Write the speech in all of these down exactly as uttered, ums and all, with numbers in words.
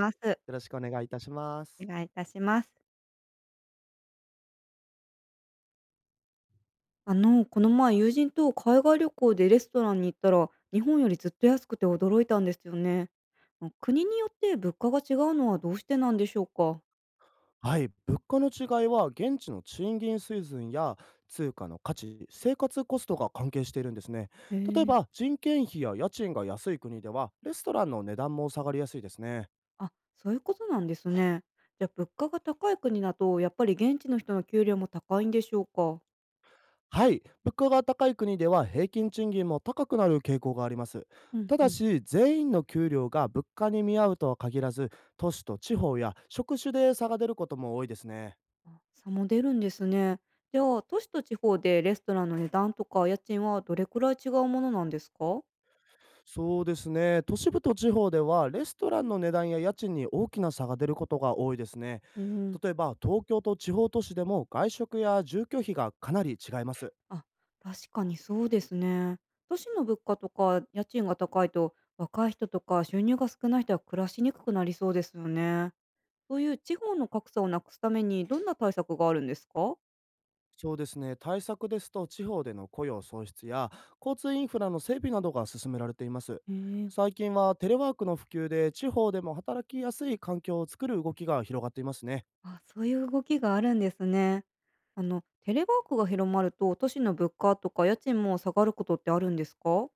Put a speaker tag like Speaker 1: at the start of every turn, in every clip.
Speaker 1: ます。
Speaker 2: よろしくお願いいたしま
Speaker 1: お
Speaker 2: す。
Speaker 1: 願いいたします。あの、この前友人と海外旅行でレストランに行ったら、日本よりずっと安くて驚いたんですよね。あ、国によって物価が違うのはどうしてなんでしょうか。
Speaker 2: はい、物価の違いは現地の賃金水準や通貨の価値、生活コストが関係しているんですね。
Speaker 1: へ
Speaker 2: 例え
Speaker 1: え。
Speaker 2: ば人件費や家賃が安い国ではレストランの値段も下がりやすいですね。
Speaker 1: あ、そういうことなんですね。じゃあ物価が高い国だと、やっぱり現地の人の給料も高いんでしょうか。
Speaker 2: はい、物価が高い国では平均賃金も高くなる傾向があります。
Speaker 1: うん
Speaker 2: た
Speaker 1: う
Speaker 2: だ
Speaker 1: ん。
Speaker 2: し全員の給料が物価に見合うとは限らず、都市と地方や職種で差が出ることも多いですね。
Speaker 1: あ、差も出るんですね。じゃあ都市と地方でレストランの値段とか家賃はどれくらい違うものなんですか。
Speaker 2: そうですね。都市部と地方では、レストランの値段や家賃に大きな差が出ることが多いですね。
Speaker 1: うん。
Speaker 2: 例えば、東京と地方都市でも外食や住居費がかなり違います。
Speaker 1: あ、確かにそうですね。都市の物価とか家賃が高いと、若い人とか収入が少ない人は暮らしにくくなりそうですよね。そういう地方の格差をなくすためにどんな対策があるんですか？
Speaker 2: そうですね。対策ですと、地方での雇用創出や交通インフラの整備などが進められています。
Speaker 1: へえ。
Speaker 2: 最近はテレワークの普及で、地方でも働きやすい環境を作る動きが広がっていますね。
Speaker 1: あ、そういう動きがあるんですね。あの、テレワークが広まると、都市の物価とか家賃も下がることってあるんですか？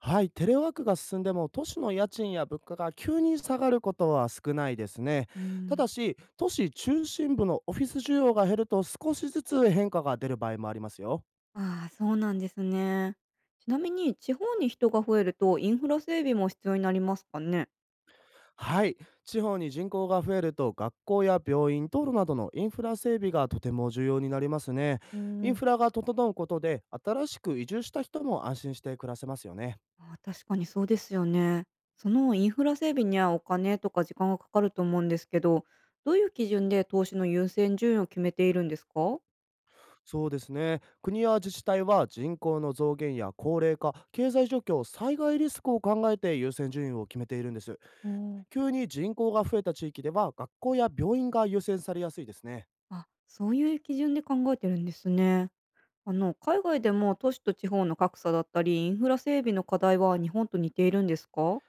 Speaker 2: はい、テレワークが進んでも都市の家賃や物価が急に下がることは少ないですね。
Speaker 1: う
Speaker 2: た
Speaker 1: ん。
Speaker 2: だし、都市中心部のオフィス需要が減ると少しずつ変化が出る場合もありますよ。
Speaker 1: ああ、そうなんですね。ちなみに、地方に人が増えると、インフラ整備も必要になりますかね？
Speaker 2: はい、地方に人口が増えると学校や病院、道路などのインフラ整備がとても重要になりますね。
Speaker 1: う
Speaker 2: イン
Speaker 1: ん。
Speaker 2: フラが整うことで新しく移住した人も安心して暮らせますよね。
Speaker 1: ああ、確かにそうですよね。そのインフラ整備にはお金とか時間がかかると思うんですけど、どういう基準で投資の優先順位を決めているんですか？
Speaker 2: そうですね。国や自治体は人口の増減や高齢化、経済状況、災害リスクを考えて優先順位を決めているんです。
Speaker 1: うん。
Speaker 2: 急に人口が増えた地域では学校や病院が優先されやすいですね。
Speaker 1: あ、そういう基準で考えてるんですね。あの、海外でも都市と地方の格差だったり、インフラ整備の課題は日本と似ているんですか？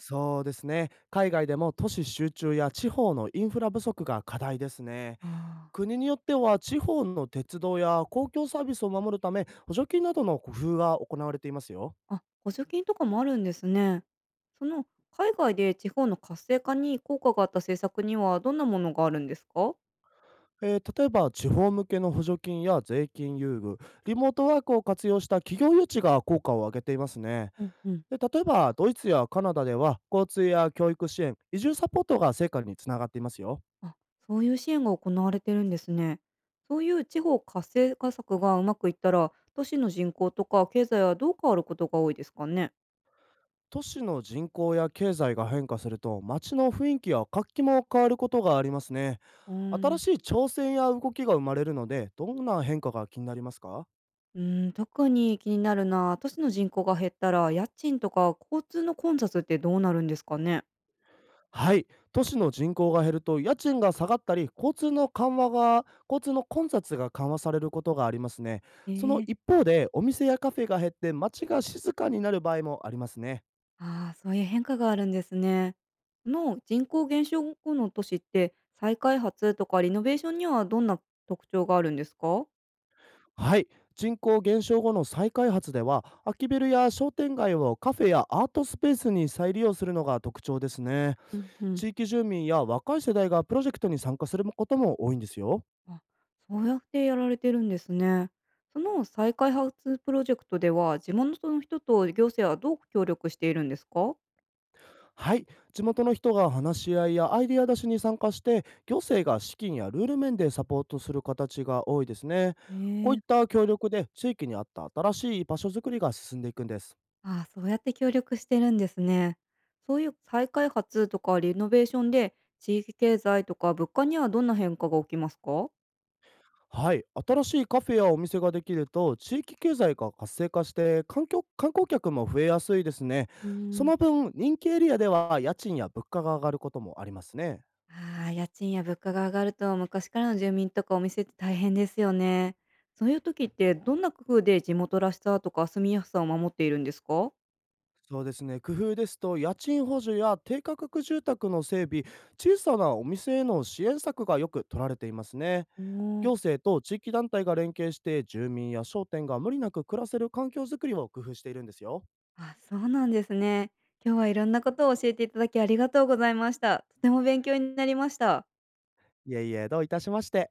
Speaker 2: そうですね。海外でも都市集中や地方のインフラ不足が課題ですね。
Speaker 1: あ
Speaker 2: 国によっては地方の鉄道や公共サービスを守るため補助金などの工夫が行われていますよ。
Speaker 1: あ、あ、補助金とかもあるんですね。その海外で地方の活性化に効果があった政策にはどんなものがあるんですか？
Speaker 2: えー例えば地方向けの補助金や税金優遇、リモートワークを活用した企業誘致が効果を上げていますね。
Speaker 1: うんうん。
Speaker 2: で、例えばドイツやカナダでは交通や教育支援、移住サポートが成果につながっていますよ。
Speaker 1: あ、そういう支援が行われてるんですね。そういう地方活性化策がうまくいったら、都市の人口とか経済はどう変わることが多いですかね。
Speaker 2: 都市の人口や経済が変化すると街の雰囲気や活気も変わることがありますね。
Speaker 1: うー
Speaker 2: 新
Speaker 1: ん
Speaker 2: しい挑戦や動きが生まれるので、どんな変化が気になりますか？
Speaker 1: うーん、特に気になるな。都市の人口が減ったら、家賃とか交通の混雑ってどうなるんですかね。
Speaker 2: はい、都市の人口が減ると家賃が下がったり、交通の緩和が交通の混雑が緩和されることがありますね。
Speaker 1: え
Speaker 2: その
Speaker 1: ー、
Speaker 2: 一方で、お店やカフェが減って街が静かになる場合もありますね。
Speaker 1: ああ、そういう変化があるんですね。この人口減少後の都市って、再開発とかリノベーションにはどんな特徴があるんですか？
Speaker 2: はい、人口減少後の再開発では、空きビルや商店街をカフェやアートスペースに再利用するのが特徴ですね。
Speaker 1: うんうん。
Speaker 2: 地域住民や若い世代がプロジェクトに参加することも多いんですよ。
Speaker 1: あ、そうやってやられてるんですね。その再開発プロジェクトでは、地元の人と行政はどう協力しているんですか？
Speaker 2: はい、地元の人が話し合いやアイデア出しに参加して、行政が資金やルール面でサポートする形が多いですね。
Speaker 1: へ
Speaker 2: こうい
Speaker 1: え、
Speaker 2: った協力で地域に合った新しい場所づくりが進んでいくんです。
Speaker 1: ああ、そうやって協力してるんですね。そういう再開発とかリノベーションで、地域経済とか物価にはどんな変化が起きますか？
Speaker 2: はい、新しいカフェやお店ができると地域経済が活性化して環境観光客も増えやすいですね。
Speaker 1: うー
Speaker 2: そ
Speaker 1: ん。
Speaker 2: の分人気エリアでは家賃や物価が上がることもありますね。
Speaker 1: ああ、家賃や物価が上がると昔からの住民とかお店って大変ですよね。そういう時ってどんな工夫で地元らしさとか住みやすさを守っているんですか？
Speaker 2: そうですね。工夫ですと、家賃補助や低価格住宅の整備、小さなお店への支援策がよく取られていますね。
Speaker 1: おお、
Speaker 2: 行政と地域団体が連携して、住民や商店が無理なく暮らせる環境づくりを工夫しているんですよ。
Speaker 1: あ、そうなんですね。今日はいろんなことを教えていただきありがとうございました。とても勉強になりました。
Speaker 2: いえいえ、どういたしまして。